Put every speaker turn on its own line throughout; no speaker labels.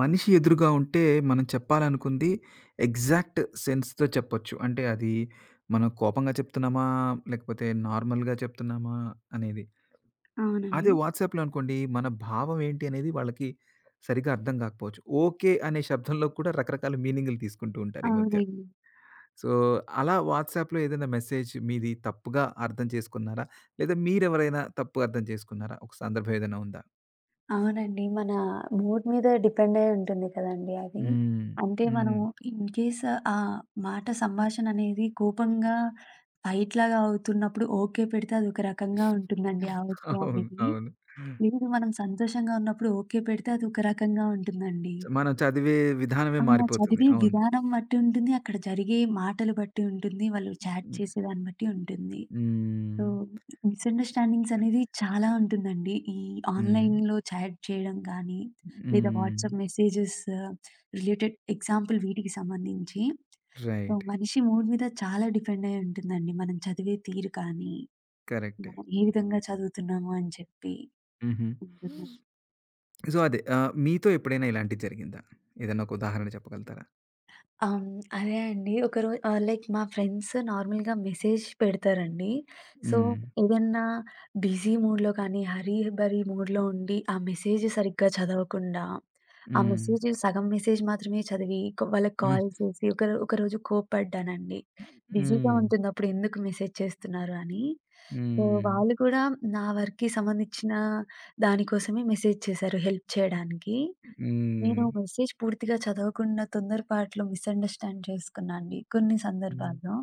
మనిషి ఎదురుగా ఉంటే మనం చెప్పాలనుకుంది ఎగ్జాక్ట్ సెన్స్‌తో చెప్పొచ్చు. అంటే అది మనం కోపంగా చెప్తున్నామా? లేకపోతే నార్మల్‌గా చెప్తున్నామా? అనేది.
అవునండి.
అదే వాట్సాప్‌లో అనుకోండి మన భావం ఏంటి అనేది వాళ్ళకి సరిగ్గా అర్థం కాకపోవచ్చు. ఓకే అనే శబ్దంలో కూడా రకరకాల మీనింగ్‌లు తీసుకుంటూ ఉంటారు ఈ మధ్య.
అవునండి.
సో, అలా వాట్సాప్‌లో ఏదైనా మెసేజ్ మీది తప్పుగా అర్థం చేసుకున్నారా? లేదా మీరెవరైనా తప్పు అర్థం చేసుకున్నారా? ఒక సందర్భం ఏదైనా ఉందా?
అవునండి. మన మూడ్ మీద డిపెండ్ అయ్యి ఉంటుంది కదండీ అది.
హ్మ్.
అంటే
హ్మ్.
మనము ఇన్ కేస్ ఆ మాట సంభాషణ అనేది కోపంగా ఫైట్‌లాగా అవుతున్నప్పుడు ఓకే పెడితే అదొక రకంగా ఉంటుందండి ఆ ఓకే
అవును.
అనేది.
అవును.
లేదు మనం సంతోషంగా ఉన్నప్పుడు ఓకే పెడితే అదొక రకంగా ఉంటుందండి.
మనం చదివే విధానమే
ఆ!
మారిపోతుంది.
చదివే
అవును.
విధానం బట్టి ఉంటుంది. అక్కడ జరిగే మాటలు బట్టి ఉంటుంది. వాళ్ళు చాట్
హ్మ్.
చేసేదాన్ని బట్టి ఉంటుంది. సో,
హ్మ్.
మిస్‌అండర్‌స్టాండింగ్స్ అనేది చాలా ఉంటుందండి. ఈ
హ్మ్.
ఆన్‌లైన్‌లో చాట్ చేయడం గానీ, లేదా
హ్మ్.
వాట్సాప్ మెసేజెస్ రిలేటెడ్ ఎగ్జాంపుల్ వీటికి సంబంధించి. So,
right.
మనిషి మూడ్ మీద చాలా డిపెండ్ అయ్యి ఉంటుందండి. మనం చదివే తీరు కానీ,
కరెక్టే.
మనం ఏ విధంగా చదువుతున్నాము అని చెప్పి
హుహు.
ఉంటుంది.
సో, అదే మీతో ఎప్పుడైనా ఇలాంటిది జరిగిందా? ఏదైనా ఒక ఉదాహరణ చెప్పగలుగుతారా?
అవును. అదే అండి. లైక్ మా ఫ్రెండ్స్ నార్మల్‌గా మెసేజ్ పెడతారండి. సో,
హ్మ్.
ఏదన్నా బిజీ మూడ్‌లో కానీ, హరీ బరీ మూడ్‌లో ఉండి, ఆ మెసేజ్ సరిగ్గా చదవకుండా, ఆ
హ్మ్.
మెసేజ్ సగం మెసేజ్ మాత్రమే చదివి, వాళ్ళకి
హ్మ్.
కాల్ చేసి ఒకరో ఒకరోజు కోప్పడ్డానండి. బిజీగా
హ్మ్.
ఉంటుంది అప్పుడు ఎందుకు మెసేజ్ చేస్తున్నారు అని. సో,
హ్మ్.
వాళ్ళు కూడా నా వర్క్‌కి సంబంధించిన దానికోసమే మెసేజ్ చేశారు హెల్ప్ చేయడానికి.
హ్మ్.
నేను మెసేజ్ పూర్తిగా చదవకుండా తొందరపాటులో మిస్‌అండర్‌స్టాండ్ చేసుకున్నా అండి. కొన్ని
హ్మ్.
సందర్భాల్లో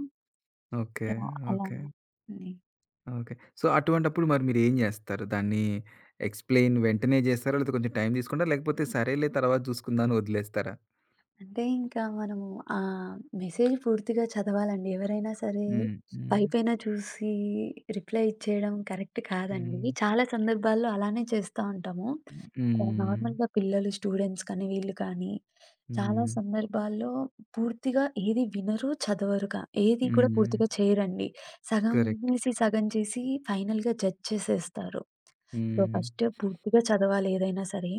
ఓకే.
యాహ్! అలా
ఓకే.
హ్మ్.
ఓకే. సో, అటువంటప్పుడు మరి మీరేం జేస్తారు? దాన్ని ఎక్స్‌ప్లెయిన్ వెంటనే జేస్తారా? లేతే కొంచెం టైం తీసుకుంటారా? లేకపోతే సరేలే తర్వాత జూసుకుందాం అని వదిలేస్తారా?
అంటే ఇంకా మనము ఆ మెసేజ్ పూర్తిగా చదవాలండి. ఎవరైనా సరే
హ్మ్. హ్మ్.
పైపైన చూసి రిప్లై ఇచ్చేయడం కరెక్ట్ కాదండి.
హ్మ్.
చాలా సందర్భాల్లో అలానే చేస్తా ఉంటాము. నార్మల్‌గా
హ్మ్.
పిల్లలు, స్టూడెంట్స్ కానీ, వీళ్ళు కానీ, చాలా
హ్మ్.
సందర్భాల్లో పూర్తిగా ఏది వినరు, చదవరు, ఏది కూడా
హ్మ్.
పూర్తిగా చేయరండి. సగం
కరెక్ట్.
వినేసి, సగం చేసి ఫైనల్‌గా జడ్జ్ చేసేస్తారు. సో,
హ్మ్.
ఫస్ట్ పూర్తిగా చదవాలి ఏదైనా సరే.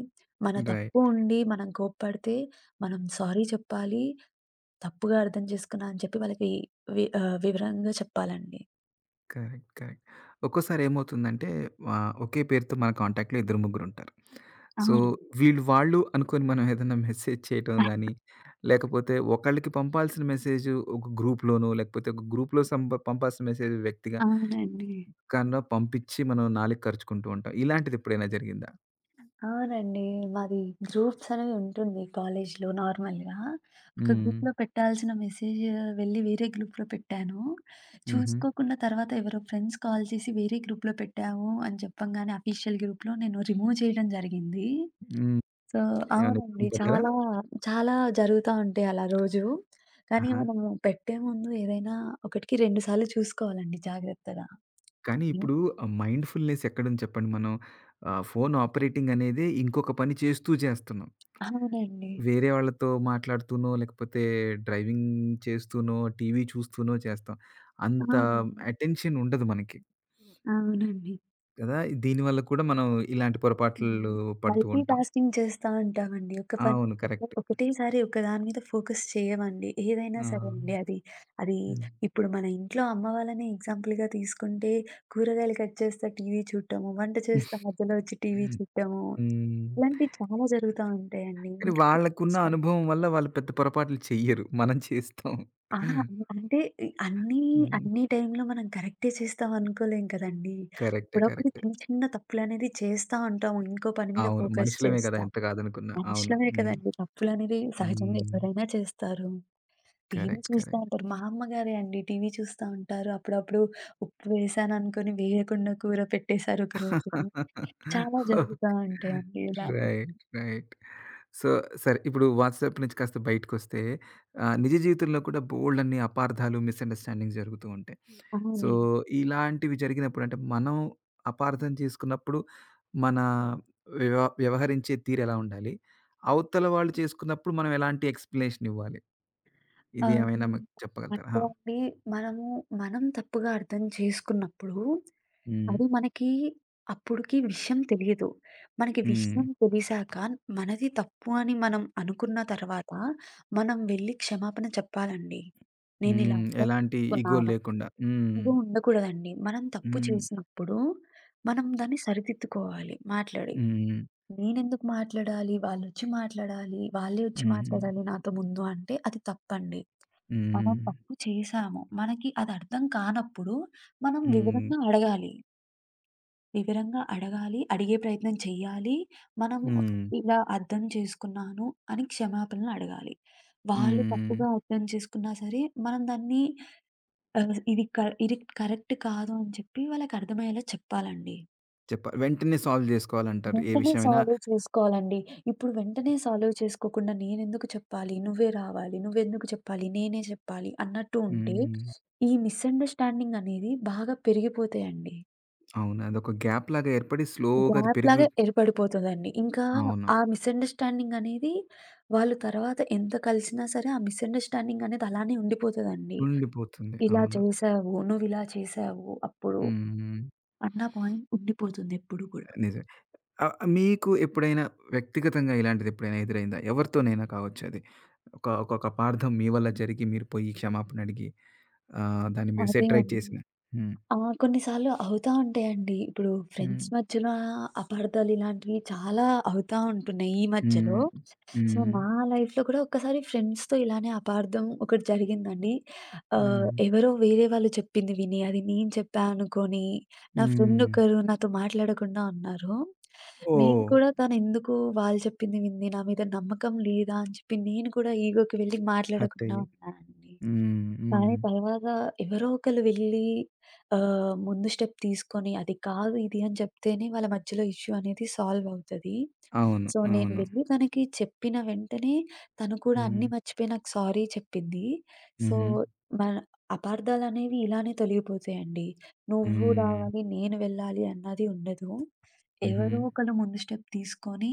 మన తప్పు
రైట్.
ఉండి మనం కోప్పడితే, మనం సారీ చెప్పాలి. తప్పుగా అర్థం చేసుకున్నా అని చెప్పి వాళ్ళకి వివరంగా చెప్పాలండి.
కరెక్ట్. కరెక్ట్. ఒక్కోసారి ఏమవుతుందంటే ఒకే పేరుతో మన కాంటాక్ట్‌లో ఇద్దరు, ముగ్గురుంటారు. సో,
అవునండి.
వీళ్ళు వాళ్ళు అనుకోని మనం ఏదైనా మెసేజ్ చేయటం గాని, లేకపోతే ఒకళ్ళకి పంపాల్సిన మెసేజు ఒక గ్రూప్‌లోనో, లేకపోతే ఒక గ్రూప్‌లో పంపాల్సిన మెసేజ్ వ్యక్తిగా
అవునండి.
కన్నా పంపించి మనం నాలుక కరుచుకుంటూ ఉంటాం. ఇలాంటిది ఎప్పుడైనా జరిగిందా?
అవునండి. మాది గ్రూప్స్ అనేవి ఉంటుంది కాలేజ్‌లో నార్మల్‌గా. ఒక
హ్మ్.
గ్రూప్‌లో పెట్టాల్సిన మెసేజ్ వెళ్ళి వేరే గ్రూప్‌లో పెట్టాను.
హుహు.
చూసుకోకుండా తర్వాత ఎవరో ఫ్రెండ్స్ కాల్ చేసి వేరే గ్రూప్‌లో పెట్టాము అని చెప్పంగానే అఫీషియల్ గ్రూప్‌లో నేను రిమూవ్ చేయడం జరిగింది.
హ్మ్.
సో,
ఏమైనా
అవునండి.
ఇబ్బంది పడ్డారా?
చాలా, చాలా జరుగుతా ఉంటాయి అలా రోజు. కానీ
ఆహా!
మనము పెట్టే ముందు ఏదైనా ఒకటికి 2 సార్లు చూసుకోవాలండి జాగ్రత్తగా.
కానీ
హ్మ్.
ఇప్పుడు మైండ్‌ఫుల్‌నెస్ ఎక్కడుంది చెప్పండి? మనం ఫోను ఆపరేటింగ్ అనేది ఇంకొక పని చేస్తున్నాం.
అవునండి.
వేరే వాళ్ళతో మాట్లాడుతూనో, లేకపోతే డ్రైవింగ్ చేస్తూనో, టీవీ చూస్తూనో చేస్తాం. అంత
అవునండి.
అటెన్షన్ ఉండదు మనకి
అవునండి.
కదా! దీనివల్ల కూడా మనం ఇలాంటి పొరపాట్లు
హ్మ్.
పడుతూ
మల్టీ
ఉంటాం.
టాస్కింగ్ చేస్తా ఉంటామండి. ఒక పని
అవును.
ఒక
కరెక్ట్.
ఒకటేసారి ఒక దాని మీద ఫోకస్ చేయమండి. ఏదైనా
ఆ!
సరే అండి. అది అది
హ్మ్.
ఇప్పుడు మన ఇంట్లో అమ్మ వాళ్ళనే ఎగ్జాంపుల్‌గా తీసుకుంటే కూరగాయలు కట్ చేస్తా టీవీ చూడటము, వంట చేస్తా మధ్యలో వచ్చి టీవీ చూడటము,
హ్మ్.
ఇలాంటివి చాలా జరుగుతా ఉంటాయండి.
కానీ
ఇంట్లో
వాళ్ళకున్న
చేస్తాం.
అనుభవం వల్ల వాళ్ళు పెద్ద పొరపాట్లు చెయ్యరు. మనం చేస్తాం.
ఆ! అంటే అన్నీ
హ్మ్.
అన్ని టైంలో మనం కరెక్టే చేస్తాం అనుకోలేం కదండీ.
కరెక్టే.
అప్పుడప్పుడు
కరెక్టే.
చిన్న చిన్న తప్పులనేది చేస్తా ఉంటాము. ఇంకో పని మీద
అవును.
ఫోకస్
మనుషులమే గదా!
చేస్తా.
ఎంత కాదనుకున్నా. అవును.
మనుషులమే
హ్మ్.
కదండీ! తప్పులనేవి సహజంగా
హ్మ్.
ఎవరైనా చేస్తారు. TV
correct.
చూస్తా
కరెక్ట్.
ఉంటారు. మా అమ్మగారే అండి టీవీ చూస్తా ఉంటారు. అప్పుడప్పుడు ఉప్పు వేశాననుకోని వేయకుండా కూర పెట్టేసారు ఒకరోజు. చాలా జరుగుతా
ఓకే.
ఉంటాయండి ఇలాంటివి.
రైట్. రైట్. సో, సరే ఇప్పుడు వాట్సాప్ నుంచి కాస్త బయటకొస్తే నిజ జీవితంలో కూడా బోలెడన్ని అపార్థాలు, మిస్‌అండర్‌స్టాండింగ్స్ జరుగుతూ ఉంటాయి. సో,
అవునండి.
ఇలాంటివి జరిగినప్పుడు అంటే మనం అపార్థం చేసుకున్నప్పుడు మన వ్యవహరించే తీరెలా ఉండాలి? అవతల వాళ్ళు చేసుకున్నప్పుడు మనం ఎలాంటి ఎక్స్‌ప్లనేషన్ ఇవ్వాలి? ఇది
ఆహ్,
ఏమైనా
హ్మ్.
మాకు చెప్పగలుగుతారా?
అంటే
ఆ!
అండి మనము మనం తప్పుగా అర్థం చేసుకున్నప్పుడు
హ్మ్.
అది మనకి అప్పుడుకి విషయం తెలీదు. మనకి
హ్మ్.
విషయం తెలిసాక మనది తప్పు అని మనం అనుకున్న తర్వాత, మనం వెళ్లి క్షమాపణ చెప్పాలండి. నేనిలా
హ్మ్.
అర్థం
ఎలాంటి ఇగో
చేసుకున్నాను.
లేకుండా. హ్మ్.
ఇది ఉండకూడదండి. మనం తప్పు
హ్మ్.
చేసినప్పుడు మనం దాన్ని సరిదిద్దుకోవాలి మాట్లాడి.
హ్మ్.
నేనెందుకు మాట్లాడాలి? వాళ్ళొచ్చి మాట్లాడాలి. వాళ్ళే వచ్చి
హ్మ్.
మాట్లాడాలి నాతో ముందు అంటే అది తప్పండి. మనం
హ్మ్.
తప్పు చేశాము. మనకి అది అర్థం కానప్పుడు మనం
హ్మ్.
వివరంగా అడగాలి. వివరంగా అడగాలి. అడిగే ప్రయత్నం చెయ్యాలి. మనము
హ్మ్.
ఇలా అర్థం చేసుకున్నాను అని క్షమాపణలు అడగాలి. వాళ్ళు
హ్మ్.
తప్పుగా అర్థం చేసుకున్నా సరే, మనం దాన్ని ఇది ఇది కరెక్ట్ కాదు అని చెప్పి వాళ్ళకి అర్థమయ్యేలా చెప్పాలండి.
చెప్ప వెంటనే సాల్వ్ జేసుకోవాలంటారు. ఏ
వెంటనే
విషయమైనా
సాల్వ్ చేసుకోవాలండి. ఇప్పుడు వెంటనే సాల్వ్ చేసుకోకుండా నేనెందుకు చెప్పాలి? నువ్వే రావాలి. నువ్వెందుకు చెప్పాలి? నేనే చెప్పాలి అన్నట్టు ఉంటే,
హ్మ్.
ఈ మిస్‌అండర్‌స్టాండింగ్ అనేది బాగా పెరిగిపోతాయండి.
అవును. అదొక గ్యాప్‌లాగా ఏర్పడి స్లోగా అది
గ్యాప్
పెరుగు
లాగా ఏర్పడిపోతదండి. ఇంకా
అవును.
ఆ మిస్‌అండర్‌స్టాండింగ్ అనేది వాళ్ళు తర్వాత ఎంత కలిసినా సరే, ఆ మిస్‌అండర్‌స్టాండింగ్ అనేది అలానే ఉండిపోతదండి.
ఉండిపోతుంది.
ఇలా
అవును.
చేశావు, నువ్విలా చేశావు అప్పుడు
హ్మ్.
అన్న పాయింట్ ఉండిపోతుంది ఎప్పుడు కూడా.
నిజమే. మీకు ఎప్పుడైనా వ్యక్తిగతంగా ఇలాంటిదెప్పుడైనా ఎదురైందా? ఎవరితోనైనా కావచ్చు అది. ఒక ఒక అపార్థం మీ వల్ల జరిగి మీరు పోయి క్షమాపణ అడిగి దాన్ని మీరు
అదే
సెటిరైట్
అండి.
చేసిన హ్మ్.
ఆ! కొన్నిసార్లు అవుతా ఉంటాయండి. ఇప్పుడు
హ్మ్.
ఫ్రెండ్స్ మధ్యలో అపార్థాలు ఇలాంటివి చాలా అవుతా ఉంటున్నాయి ఈ మధ్యలో.
హ్మ్.
సో,
హ్మ్.
నా లైఫ్‌లో కూడా ఒక్కసారి ఫ్రెండ్స్‌తో ఇలానే అపార్థం ఒకటి జరిగిందండి.
హ్మ్.
ఎవరో వేరే వాళ్ళు చెప్పింది విని, అది నేను చెప్పా అనుకోని, నా ఫ్రెండ్
హ్మ్.
ఒకరు నాతో మాట్లాడకుండా ఉన్నారు. నేను
ఓహ్!
కూడా తనెందుకు వాళ్ళు చెప్పింది వింది, నా మీద నమ్మకం లేదా అని చెప్పి నేను కూడా ఈగోకి వెళ్ళి మాట్లాడకుండా
హతయి
ఉన్నానండి.
హ్మ్. హ్మ్.
కానీ తర్వాత ఎవరో ఒకళ్ళు వెళ్ళి ముందు స్టెప్ తీసుకొని అది కాదు ఇది అని చెప్తేనే వాళ్ళ మధ్యలో ఇష్యూ అనేది సాల్వ్ అవుతది.
అవును.
సో, నేను
అవును.
వెళ్ళి తనకి చెప్పిన వెంటనే తను కూడా అన్నీ
హ్మ్.
మర్చిపోయి నాకు సారీ చెప్పింది. సో,
హుహు.
మన అపార్థాలనేవి ఇలానే తొలగిపోతాయండి. నువ్వు
హ్మ్.
రావాలి, నేను వెళ్ళాలి అన్నది ఉండదు.
హుహు.
ఎవరో ఒకళ్ళు ముందు స్టెప్ తీసుకొని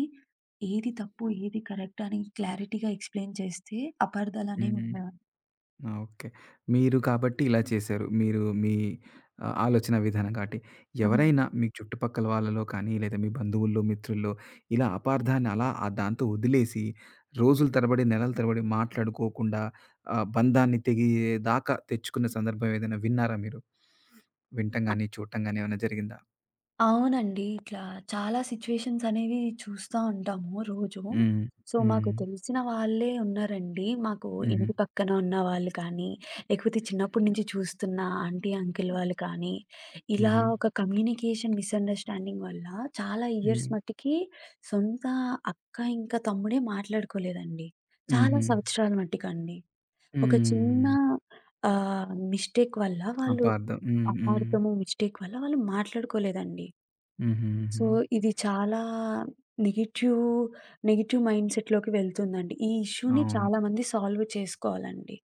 ఏది తప్పు, ఏది కరెక్ట్ అని క్లారిటీగా ఎక్స్‌ప్లెయిన్ చేస్తే అపార్థాలనేవి
హ్మ్.
ఉండవని.
ఆ! ఓకే. మీరు కాబట్టి ఇలా చేశారు. మీరు మీ ఆలోచన విధానం కాబట్టి.
ఆ!
ఎవరైనా మీ చుట్టుపక్కల వాళ్ళలో కానీ, లేదా మీ బంధువుల్లో, మిత్రుల్లో ఇలా అపార్థాన్ని అలా దాంతో వదిలేసి రోజుల తరబడి, నెలల తరబడి మాట్లాడుకోకుండా బంధాన్ని తెగే దాకా తెచ్చుకున్న సందర్భం ఏదైనా విన్నారా మీరు? వినటం గాని, చూడటం గాని ఏమైనా జరిగిందా?
అవునండి. ఇట్లా చాలా సిట్యుయేషన్స్ అనేవి చూస్తా ఉంటాము రోజు.
హ్మ్.
సో, మాకు
హ్మ్.
తెలిసిన వాళ్ళే ఉన్నారండి. మాకు
హుహు.
ఇంటి పక్కన ఉన్న వాళ్ళు కానీ, లేకపోతే చిన్నప్పటి నుంచి చూస్తున్న ఆంటీ, అంకుల్ వాళ్ళు కానీ, ఇలా
హుహు.
ఒక కమ్యూనికేషన్ మిస్‌అండర్‌స్టాండింగ్ వల్ల చాలా ఇయర్స్
హ్మ్.
మట్టికి సొంత అక్క, ఇంకా తమ్ముడే మాట్లాడుకోలేదండి. చాలా
హుహు.
సంవత్సరాల మట్టికండి. ఒక చిన్న
హ్మ్.
ఆహ్, మిస్టేక్ వల్ల వాళ్ళు
అపార్థం. హ్మ్. హ్మ్.
అపార్థము, మిస్టేక్ వల్ల వాళ్ళు మాట్లాడుకోలేదండి.
హుహు. హుహు.
సో, ఇది చాలా నెగెటివ్, నెగెటివ్ మైండ్‌సెట్‌లోకి వెళ్తుందండి. ఈ ఇష్యూని
అవును.
చాలామంది సాల్వ్ చేసుకోవాలండి.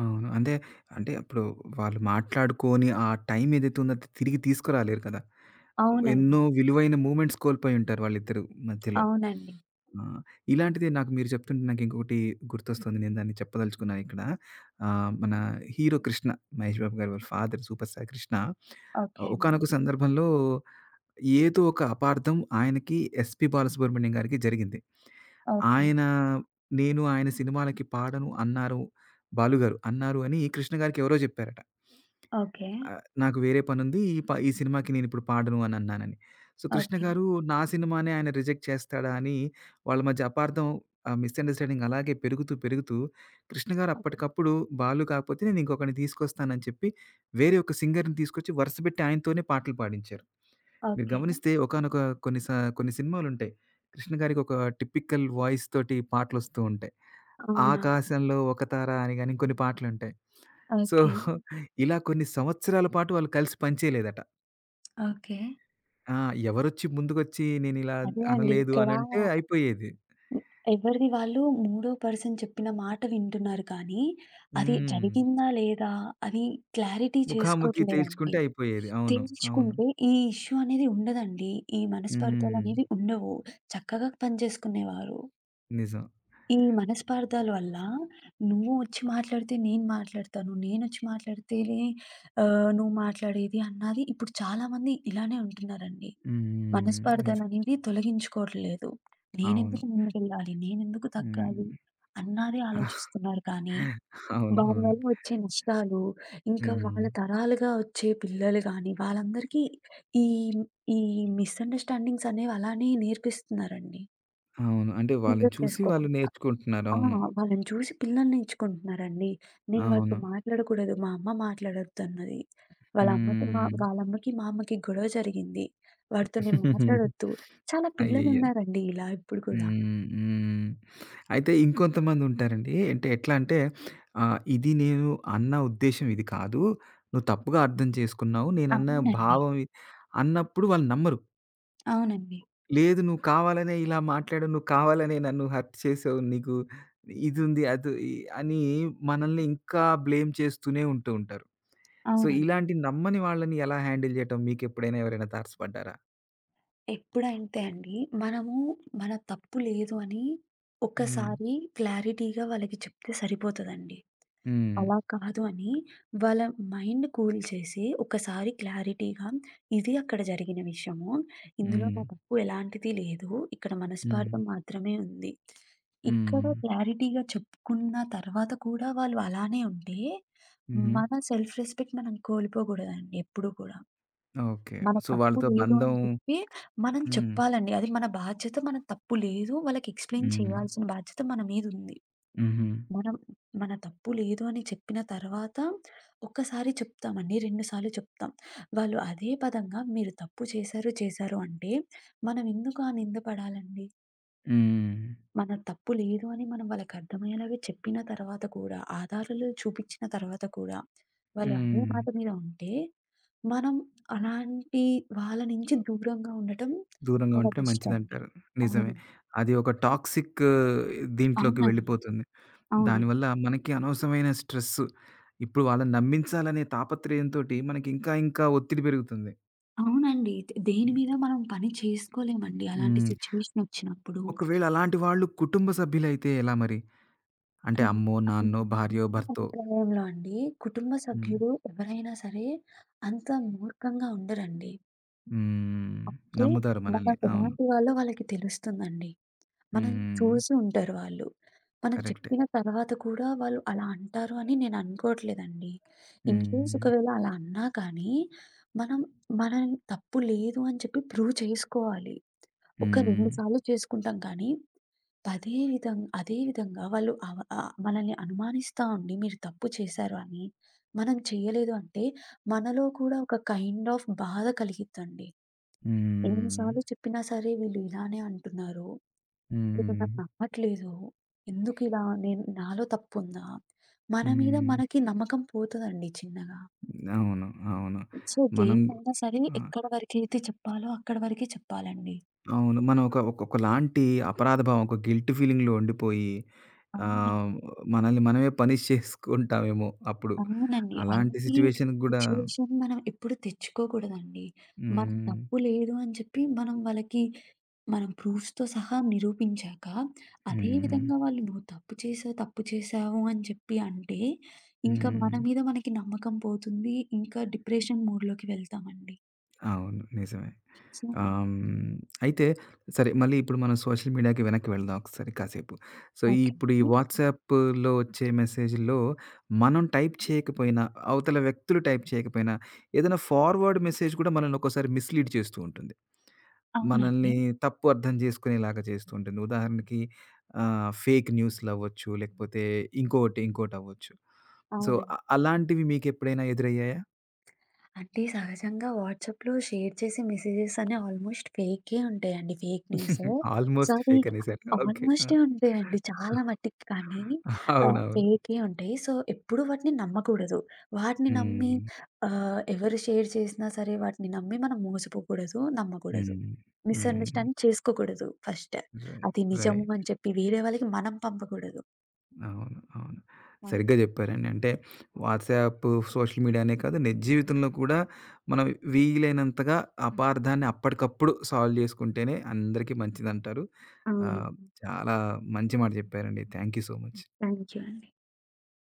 అవును. అంటే, అంటే అప్పుడు వాళ్ళు మాట్లాడుకోని ఆ టైం ఏదైతే ఉందో అది తిరిగి తీసుకురాలేరు కదా!
అవునండి.
ఎన్నో విలువైన మూమెంట్స్ కోల్పోయుంటారు వాళ్ళిద్దరు మధ్యలో.
అవునండి.
ఆ! ఇలాంటిదే నాకు మీరు చెప్తుంటే నాకింకొకటి గుర్తొస్తుంది. నేను దాన్ని చెప్పదలుచుకున్నాను ఇక్కడ. మన హీరో 'కృష్ణ' మహేష్ బాబు గారి వాళ్ళ father super star 'Krishna'
okay అండి.
ఒకానొక సందర్భంలో ఏదో ఒక అపార్థం ఆయనకి 'ఎస్‌పి బాలసుబ్రహ్మణ్యం' గారికి జరిగింది.
ఓకే.
ఆయన నేను ఆయన సినిమాలకి పాడను అన్నారు బాలు గారు. అన్నారు అని కృష్ణ గారికి ఎవరో జెప్పారట.
ఓకే.
నాకు వేరే పనుంది. ఈ సినిమాకి నేనిప్పుడు పాడను అనన్నానని. So, Krishna
okay.
గారు నా సినిమానే ఆయన రిజెక్ట్ చేస్తాడా అని వాళ్ళ మధ్య అపార్థం మిస్‌అండర్‌స్టాండింగ్ అలాగే పెరుగుతూ కృష్ణ గారు అప్పటికప్పుడు బాలు కాకపోతే నేను ఇంకొకడిని తీసుకొస్తానని చెప్పి వేరే ఒక సింగర్‌ని తీసుకొచ్చి వరుసబెట్టి ఆయనతోనే పాటలు పాడించారు. మీరు
ఓకే.
గమనిస్తే ఒకానొక కొన్ని స కొన్ని సినిమాలుంటాయి. కృష్ణ గారికి ఒక టిపికల్ వాయిస్ తోటి పాటలొస్తూ ఉంటాయి.
అవునా?
'ఆకాశంలో ఒక తార' అని గాని ఇంకొన్ని పాటలుంటాయి. So,
okay.
ఇలా కొన్ని సంవత్సరాల పాటు వాళ్ళు కలిసి పని చేయలేదట.
ఓకే.
ఆ! ఎవరొచ్చి ముందుకొచ్చి నేనిలా
అదే అండి.
అనలేదు
ఇక్కడ
అనంటే అయిపోయేది.
ఎవరిది వాళ్ళు మూడో పర్సన్ చెప్పిన మాట వింటున్నారు కానీ, అది
హ్మ్.
జరిగిందా లేదా అని క్లారిటీ
ముఖాముఖి
చేసుకోవట్లేదండి.
తేల్చుకుంటే అయిపోయేది. అవును. అవును.
తేల్చుకుంటే ఈ ఇష్యూ అనేది ఉండదండి. ఈ
హ్మ్.
మనస్పార్థాలనేవి ఉండవు. చక్కగా పనిచేసుకునేవారు.
నిజం.
ఈ మనస్పార్థాల వల్ల నువ్వు వచ్చి మాట్లాడితే నేను మాట్లాడతాను. నేనొచ్చి మాట్లాడితేనే నువ్వు మాట్లాడేది అన్నది ఇప్పుడు చాలామంది ఇలానే ఉంటున్నారండి.
హ్మ్. నిజం.
మనస్పార్థలనేవి తొలగించుకోవట్లేదు.
అవును.
నేనెందుకు ముందుకెళ్ళాలి? నేనెందుకు
హ్మ్.
తగ్గాలి? అన్నదే ఆలోచిస్తున్నారు కానీ,
అవును.
వారి
అవును.
వల్ల వచ్చే నష్టాలు, ఇంకా
హ్మ్.
వాళ్ళ తరాలుగా వచ్చే పిల్లలు గానీ, వాళ్ళందరికీ ఈ, ఈ మిస్‌అండర్‌స్టాండింగ్స్ అనేవి అలానే నేర్పిస్తున్నారండి.
అవును. అంటే వాళ్ళని
క్లియర్
చూసి వాళ్ళు
చేసుకోకుండా.
నేర్చుకుంటున్నారు.
ఆ!
అవును.
వాళ్ళని చూసి పిల్లల్ని ఎంచుకుంటున్నారండి. నేను వాళ్ళతో
అవును.
మాట్లాడకూడదు, మా అమ్మ మాట్లాడొద్దన్నది. వాళ్ళ అమ్మతో మా
హ్మ్.
వాళ్ళమ్మకి, మా అమ్మకి గొడవ జరిగింది. వాడితో నేను మాట్లాడొద్దు. చాలా
అయ్యయ్యో!
పిల్లలున్నారండి ఇలా ఇప్పుడు కూడా.
హ్మ్. హ్మ్. అయితే ఇంకొంతమందుంటారండి. అంటే ఎట్లా అంటే ఇది నేను అన్న ఉద్దేశ్యం ఇది కాదు. నువ్వు తప్పుగా అర్థం చేసుకున్నావు. నేనన్న
అవునండి.
భావం ఇ అన్నప్పుడు వాళ్ళు నమ్మరు.
అవునండి.
లేదు నువ్వు కావాలనే ఇలా మాట్లాడావు. నువ్వు కావాలనే నన్ను హర్ట్ చేసావు. నీకు ఇదుంది అది ఇ అని మనల్ని ఇంకా బ్లేమ్ చేస్తూనే ఉంటూ ఉంటారు. సో,
అవునండి.
ఇలాంటి నమ్మని వాళ్ళని ఎలా హ్యాండిల్ చేయటం మీకెప్పుడైనా ఎవరైనా తారసపడ్డారా?
ఎప్పుడంతే అండి, మనము మన తప్పు లేదు అని
హ్మ్.
ఒక్కసారి క్లారిటీగా వాళ్ళకి చెప్తే సరిపోతదండి.
హ్మ్.
అలా కాదు అని వాళ్ళ మైండ్ కూల్ చేసి ఒకసారి క్లారిటీగా ఇది అక్కడ జరిగిన విషయము. ఇందులో
హ్మ్.
నా తప్పు ఎలాంటిది లేదు. ఇక్కడ
హ్మ్.
మనస్పార్థం మాత్రమే ఉంది. ఇక్కడ
హ్మ్.
క్లారిటీగా చెప్పుకున్న తర్వాత కూడా వాళ్ళు అలానే ఉంటే
హుహు.
మన సెల్ఫ్ రెస్పెక్ట్ మనం కోల్పోకూడదండి ఎప్పుడు కూడా.
ఓకే.
మన
సో,
తప్పు
వాళ్ళతో
లేదు
బంధం
అని చెప్పి మనం
హ్మ్.
చెప్పాలండి. అది మన బాధ్యత. మన తప్పు లేదు. వాళ్ళకి ఎక్స్‌ప్లెయిన్
హ్మ్.
చేయాల్సిన బాధ్యత మన మీదుంది.
హుహు.
మనం మన తప్పు లేదు అని చెప్పిన తర్వాత ఒక్కసారి చెప్తామండి. 2 సార్లు చెప్తాం. వాళ్ళు అదే పదంగా మీరు తప్పు చేశారు, చేశారు అంటే మనం ఎందుకు ఆ నింద పడాలండి?
హ్మ్.
మన తప్పు లేదు అని మనం వాళ్ళకి అర్థమయ్యేలాగా చెప్పిన తర్వాత కూడా, ఆధారాలు చూపించిన తర్వాత కూడా వాళ్ళు అదే
హ్మ్.
మాట మీద ఉంటే, మనం అలాంటి వాళ్ళ నుంచి దూరంగా ఉండటం
దూరంగా
చాలా
ఉంటే
బెస్ట్ అండి.
మంచిదంటారు. నిజమే.
అవును.
అది ఒక టాక్సిక్ దీంట్లోకి
అవునండి.
వెళ్ళిపోతుంది.
అవునండి.
దానివల్ల మనకి అనవసరమైన స్ట్రెస్. ఇప్పుడు వాళ్ళని నమ్మించాలనే తాపత్రయంతోటి మనకి ఇంకా ఇంకా ఒత్తిడి పెరుగుతుంది.
అవునండి. దేని మీద మనం పని చేసుకోలేమండి. అలాంటి
హ్మ్.
సిట్యుయేషన్ వచ్చినప్పుడు.
ఒకవేళ అలాంటి వాళ్ళు కుటుంబ సభ్యులైతే ఎలా మరి? అంటే
హ్మ్.
అమ్మో,
హ్మ్.
నాన్నో, భార్యో,
నా
భర్తో.
అభిప్రాయంలో అండి కుటుంబ
హ్మ్.
సభ్యులు ఎవరైనా సరే అంత మూర్ఖంగా ఉండరండి.
హ్మ్.
అంటే
నమ్ముతారు మనల్ని.
మనం
అవును.
ఎలాంటి వాళ్ళో వాళ్ళకి తెలుస్తుందండి. మనల్ని
హ్మ్.
చూసి ఉంటారు వాళ్ళు. మనం
కరెక్టే.
చెప్పిన తర్వాత కూడా వాళ్ళు అలా అంటారు అని నేను అనుకోవట్లేదండి. ఇన్‌కేస్
హ్మ్.
ఒకవేళ అలా అన్నా కానీ, మనం మనల్ని తప్పు లేదు అని చెప్పి ప్రూవ్ చేసుకోవాలి. ఒక 2
హ్మ్.
సార్లు చేసుకుంటాం కానీ, అదే విధంగా వాళ్ళు మనల్ని అనుమానిస్తా ఉండి మీరు తప్పు చేశారు అని, మనం చేయలేదు అంటే, మనలో కూడా ఒక కైండ్ ఆఫ్ బాధ కలిగిద్దండి. ఎన్ని
హ్మ్.
సార్లు చెప్పినా సరే వీళ్ళు ఇలానే అంటున్నారు. వీళ్ళు
హ్మ్.
నాకు నమ్మట్లేదు. ఎందుకిలా? నేను నాలో తప్పుందా? మన మీద
హ్మ్.
మనకి నమ్మకం పోతదండి చిన్నగా.
అవును. అవును.
సో,
మనం గు
దేన్నైనా సరే
ఆ!
ఎక్కడ వరకైతే చెప్పాలో అక్కడి వరకే చెప్పాలండి.
అవును. మనం ఒక ఒక ఒకలాంటి అపరాధ భావం, ఒక గిల్టీ ఫీలింగ్‌లో ఉండిపోయి
అవును.
ఆహ్, మనల్ని మనమే పనిష్ చేసుకుంటామేమో అప్పుడు.
అవునండి.
అలాంటి
అలాంటి
సిట్యుయేషన్‌కి గూడా
సిట్యుయేషన్ మనం ఎప్పుడు తెచ్చుకోకూడదండి. మన
హ్మ్.
తప్పు లేదు అని చెప్పి మనం వాళ్ళకి మనం ప్రూఫ్స్‌తో సహా నిరూపించాక, అదే
హ్మ్.
విధంగా వాళ్ళు నువ్వు తప్పు చేశావు, తప్పు చేశావు అని చెప్పి అంటే, ఇంకా మన
హ్మ్.
మీద మనకి నమ్మకం పోతుంది. ఇంకా డిప్రెషన్ మోడ్‌లోకి వెళ్తామండి.
అవును. నిజమే.
సో
ఆ! హ్మ్. అయితే సరే మళ్ళీ ఇప్పుడు మనం సోషల్ మీడియాకి వెనక్కి వెళ్దాం ఒకసారి కాసేపు. సో, ఈ
ఓకే
ఇప్పుడు ఈ
అండి.
వాట్సాప్‌లో వచ్చే మెసేజ్‌ల్లో మనం టైప్ చేయకపోయినా, అవతల వ్యక్తులు టైప్ చేయకపోయినా, ఏదైనా ఫార్వర్డ్ మెసేజ్ కూడా మనల్ని ఒక్కోసారి మిస్‌లీడ్ చేస్తూ ఉంటుంది.
అవునండి.
మనల్ని తప్పు అర్థం చేసుకునేలాగా చేస్తూ ఉంటుంది. ఉదాహరణకి ఫేక్ న్యూస్‌లు అవ్వచ్చు, లేకపోతే ఇంకోటి అవ్వచ్చు. సో,
అవునండి.
అలాంటివి మీకెప్పుడైనా ఎదురయ్యాయా?
అంటే సహజంగా వాట్సాప్‌లో షేర్ చేసే మెసేజెస్ అనే ఆల్మోస్ట్ ఫేకే ఉంటాయండి. Fake news. సో,
ఆల్‌మోస్ట్
అది
ఫేక్ అనేసారు. ఓకే.
ఆల్మోస్టే ఉంటాయండి.
ఆ!
చాలా మట్టికి కానీ
అవునవును.
ఫేకే ఉంటాయి. సో, ఎప్పుడు వాటిని నమ్మకూడదు. వాటిని నమ్మి
హ్మ్.
ఎవరు షేర్ చేసినా సరే వాటిని నమ్మి మనం మోసపోకూడదు. నమ్మకూడదు.
హ్మ్. హ్మ్.
మిస్‌అండర్‌స్టాండ్ చేసుకోకూడదు ఫస్ట్.
రైట్.
అది నిజం
రైట్.
అని చెప్పి వేరే వాళ్ళకి మనం పంపకూడదు.
అవును. అవును.
అవును.
సరిగ్గా జెప్పారండి. అంటే వాట్సాప్, సోషల్ మీడియానే కాదు నిజ జీవితంలో కూడా మనం వీలైనంతగా అపార్థాన్ని అప్పటికప్పుడు సాల్వ్ జేసుకుంటేనే అందరికీ మంచిదంటారు. ఆహ్,
అవునండి.
చాలా మంచి మాట జెప్పారండి. Thank you so much.
Thank you అండి.